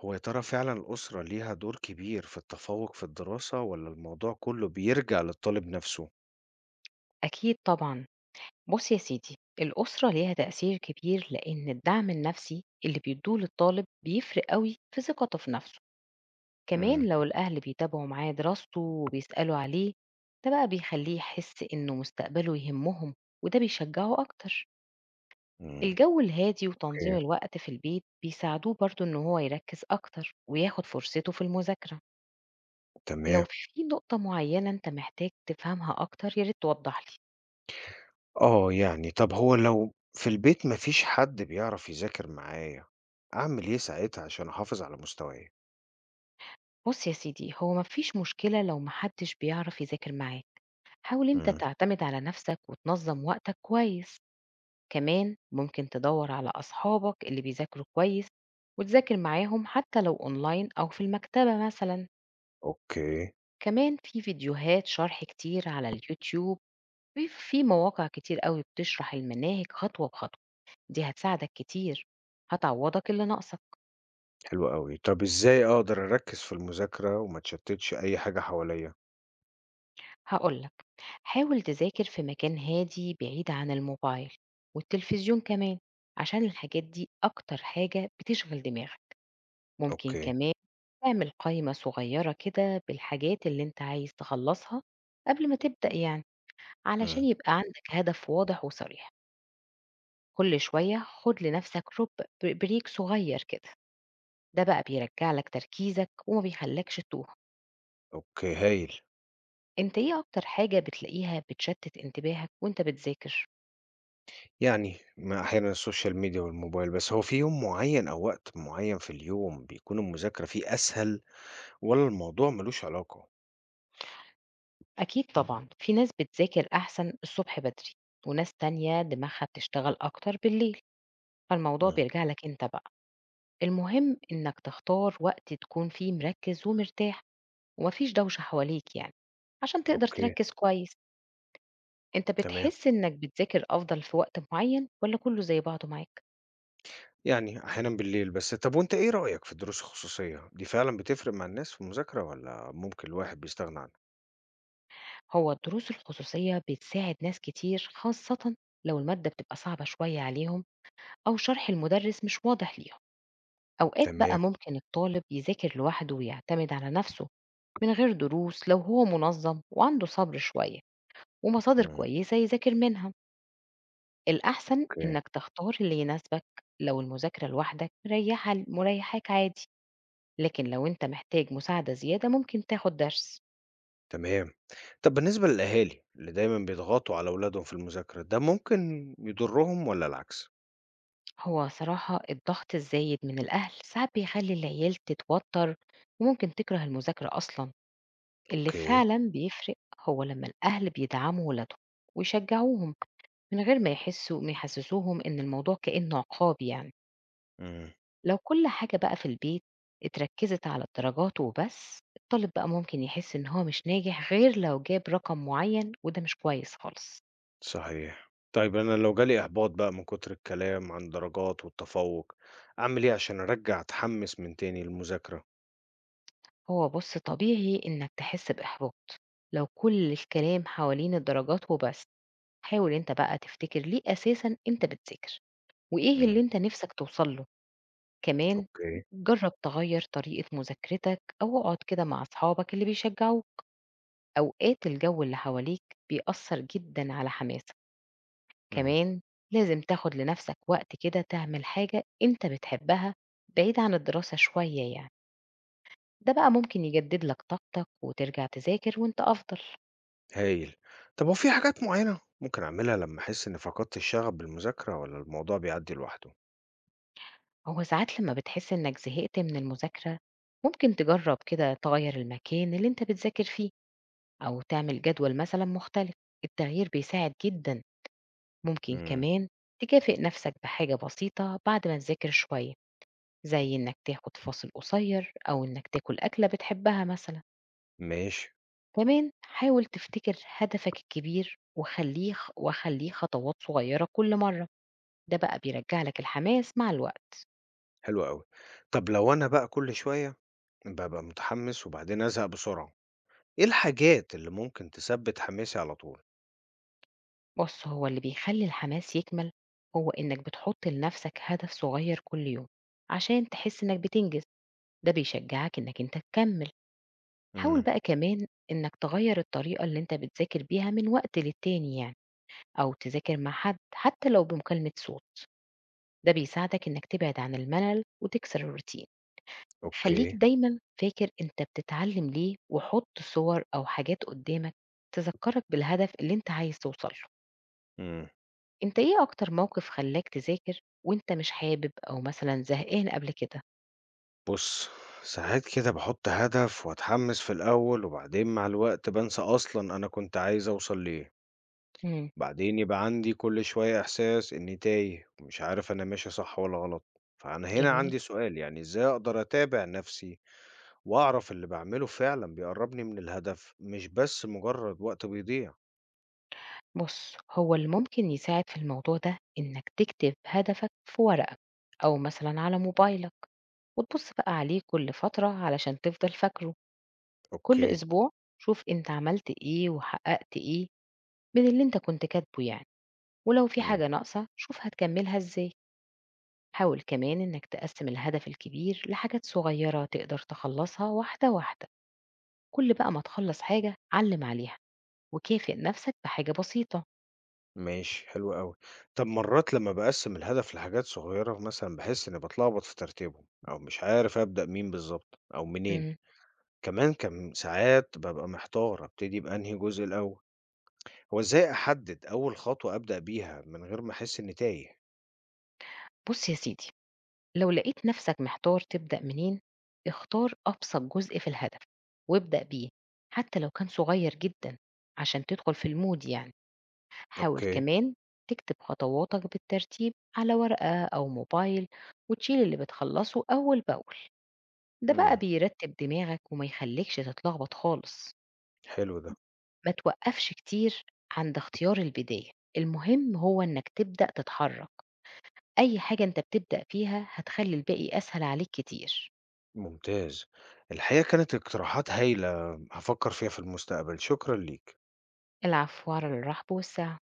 هو يا ترى فعلا الأسرة ليها دور كبير في التفوق في الدراسة ولا الموضوع كله بيرجع للطالب نفسه؟ أكيد طبعًا. بُص يا سيدي، الأسرة ليها تأثير كبير لإن الدعم النفسي اللي بيدّوه للطالب بيفرق أوي في ثقته في نفسه. امم كمان لو الأهل بيتابعوا معاه دراسته وبيسألوا عليه، ده بقى بيخلّيه يحس إنه مستقبله يهمهم وده بيشجّعه أكتر. مم. الجو الهادي وتنظيم اوكي الوقت في البيت بيساعدوه برضه إن هو يركّز أكتر وياخد فرصته في المذاكرة. لو تمام في نقطة معيّنة أنت محتاج تفهمها أكتر، يا ريت توضّح لي. اه يعني طب هو لو في البيت مفيش حد بيعرف يذاكر معايا أعمل إيه ساعتها عشان أحافظ على مستواي؟ بُص يا سيدي، هو ما فيش مشكلة لو ما حدش بيعرف يذاكر معاك، حاول أنت مم. تعتمد على نفسك وتنظّم وقتك كويس، كمان ممكن تدوّر على أصحابك اللي بيذاكروا كويس وتذاكر معاهم حتى لو أونلاين أو في المكتبة مثلًا، اوكي كمان في فيديوهات شرح كتير على اليوتيوب، في مواقع كتير أوي بتشرح المناهج خطوة بخطوة، دي هتساعدك كتير، هتعوّضك اللي ناقصك. حلو قوي طب إزاي أقدر أركز في المذاكرة وما تشتتش أي حاجة حواليا؟ هاقول لك، حاول تذاكر في مكان هادي بعيد عن الموبايل والتلفزيون كمان، عشان الحاجات دي أكتر حاجة بتشغل دماغك. ممكن اوكي كمان تعمل قائمة صغيرة كده بالحاجات اللي انت عايز تخلصها قبل ما تبدأ يعني، علشان مم. يبقى عندك هدف واضح وصريح. كل شوية خد لنفسك رب بريك صغير كده، ده بقى بيرجع لك تركيزك وما بيخلكش تتوه. اوكي هايل انت ايه اكتر حاجة بتلاقيها بتشتت انتباهك وانت بتذاكر؟ يعني ما أحيانًا السوشيال ميديا والموبايل، بس هو في يوم معيّن أو وقت معيّن في اليوم بيكون المذاكرة فيه أسهل والّا الموضوع ما لوش علاقة؟ أكيد طبعًا، في ناس بتذاكر أحسن الصبح بدري، وناس تانية دماغها بتشتغل أكتر بالليل، فالموضوع إمم. بيرجع لك أنت بقى. المهم إنك تختار وقت تكون فيه مركّز ومرتاح ومفيش دوشة حواليك يعني، عشان تقدر أوكي، تركّز كويس. أنت تمام. بتحس إنك بتذاكر أفضل في وقت معيّن والّا كلّه زي بعضه معاك؟ يعني أحيانًا بالليل بس. طب وأنت إيه رأيك في الدروس الخصوصية؟ دي فعلًا بتفرق مع الناس في المذاكرة والّا ممكن الواحد بيستغنى عنها؟ هو دروس الخصوصية بتساعد ناس كتير خاصةً لو المادة بتبقى صعبة شوية عليهم أو شرح المُدرِّس مش واضح ليهم. أوقات تمام، بقى ممكن الطالب يذاكر لوحده ويعتمد على نفسه من غير دروس لو هو منظم وعنده صبر شوية ومصادر إمم. كويسة يذاكر منها. الأحسن أوكي، إنك تختار اللي يناسبك، لو المذاكرة لوحدك مريحة مريحاك عادي، لكن لو أنت محتاج مساعدة زيادة ممكن تاخد درس. تمام. طب بالنسبة للأهالي اللي دايمًا بيضغطوا على أولادهم في المذاكرة، ده ممكن يضرهم والّا العكس؟ هو صراحة الضغط الزايد من الأهل ساعات بيخلي العيال تتوتر وممكن تكره المذاكرة أصلا. اللي أوكي، فعلا بيفرق هو لما الأهل بيدعموا ولادهم ويشجعوهم من غير ما يحسوا ما يحسسوهم إن الموضوع كأنه عقاب يعني. إمم. لو كل حاجة بقى في البيت اتركزت على الدرجات وبس، الطالب بقى ممكن يحس إن هو مش ناجح غير لو جاب رقم معين، وده مش كويس خالص. صحيح. طيب أنا لو جالي إحباط بقى من كتر الكلام عن الدرجات والتفوّق، أعمل إيه عشان أرجّع أتحمّس من تاني للمذاكرة؟ هو بص، طبيعي إنك تحس بإحباط لو كل الكلام حوالين الدرجات وبس. حاول انت بقى تفتكر ليه أساسا انت بتذاكر وإيه إمم. اللي انت نفسك توصل له. كمان أوكي، جرب تغير طريقة مذاكرتك أو اقعد كده مع أصحابك اللي بيشجعوك، أوقات الجو اللي حواليك بيأثّر جدًا على حماسك. إمم، كمان لازم تاخد لنفسك وقت كده تعمل حاجة أنت بتحبها بعيد عن الدراسة شوية يعني، ده بقى ممكن يجدد لك طاقتك وترجع تذاكر وأنت أفضل. هايل. طب هو في حاجات معيّنة ممكن أعملها لمّا أحس إنّي فقدت الشغف بالمذاكرة والّا الموضوع بيعدّي لوحده؟ هو ساعات لمّا بتحس إنك زهقت من المذاكرة، ممكن تجرّب كده تغيّر المكان اللي أنت بتذاكر فيه أو تعمل جدول مثلًا مختلف، التغيير بيساعد جدًا. ممكن إمم. كمان تكافئ نفسك بحاجة بسيطة بعد ما تذاكر شوية، زي إنك تاخد فاصل قصير أو إنك تاكل أكلة بتحبها مثلا. ماشي، كمان حاول تفتكر هدفك الكبير وخليه خطوات صغيرة كل مرة، ده بقى بيرجع لك الحماس مع الوقت. حلو أوي. طب لو أنا بقى كل شوية بابقى متحمّس وبعدين أزهق بسرعة، إيه الحاجات اللي ممكن تثبّت حماسي على طول؟ بص، هو اللي بيخلي الحماس يكمل هو إنك بتحط لنفسك هدف صغير كل يوم عشان تحس إنك بتنجز، ده بيشجعك إنك أنت تكمل. حاول إمم. بقى كمان إنك تغير الطريقة اللي أنت بتذاكر بيها من وقت للتاني يعني، أو تذاكر مع حد حتى لو بمكالمة صوت، ده بيساعدك إنك تبعد عن الملل وتكسر الروتين. خليك أوكي. دايما فاكر أنت بتتعلم ليه، وحط صور أو حاجات قدامك تذكرك بالهدف اللي أنت عايز توصل له. إمم. أنت إيه أكتر موقف خلاك تذاكر وأنت مش حابب أو مثلا زهقان قبل كده؟ بُص، ساعات كده باحُط هدف وأتحمس في الأول وبعدين مع الوقت بانسى أصلًا أنا كنت عايز أوصل لإيه، امم بعدين يبقى عندي كل شوية إحساس إني تايه ومش عارف أنا ماشي صح والّا غلط، فأنا هنا جميل. عندي سؤال، يعني إزاي أقدر أتابع نَفْسي وأعرف اللي باعمله فعلًا بيقرّبني من الهدف مش بس مجرّد وقت بيضيع؟ بص، هو اللي ممكن يساعد في الموضوع ده إنك تكتب هدفك في ورقة أو مثلا على موبايلك، وتبص بقى عليه كل فترة علشان تفضل فاكره. كل أوكي، أسبوع شوف أنت عملت إيه وحققت إيه من اللي أنت كنت كاتبه يعني، ولو في إمم، حاجة ناقصة شوف هتكملها إزاي. حاول كمان إنك تقسم الهدف الكبير لحاجات صغيرة تقدر تخلصها واحدة واحدة، كل بقى ما تخلص حاجة علم عليها وكافئ نفسك بحاجة بسيطة. ماشي حلو أوي. طَب مرّات لمّا باقسّم الهدف لحاجات صغيرة مثلًا باحس إني باتلخبط في ترتيبهم أو مش عارف أبدأ مين بالضبط أو منين. مم. كمان كم ساعات بابقى محتار أبتدي بأنهي جزء الأول، هو إزاي أحدد أول خطوة أبدأ بيها من غير ما أحس إني تايه؟ بص يا سيدي، لو لقيت نفسك محتار تبدأ منين، اختار أبسط جزء في الهدف وابدأ بيه حتى لو كان صغير جدا، عشان تدخل في المود يعني. حاول أوكي، كمان تكتب خطواتك بالترتيب على ورقة أو موبايل، وتشيل اللي بتخلصه أول بأول، ده بقى إمم، بيرتب دماغك وما يخليكش تتلخبط خالص. حلو ده، ما توقفش كتير عند اختيار البداية، المهم هو إنك تبدأ تتحرك، أي حاجة أنت بتبدأ فيها هتخلي الباقي أسهل عليك كتير. ممتاز، الحقيقة كانت اقتراحات هايلة هافكر فيها في المستقبل، شكرًا ليك. العفو، على الرحب والسعة.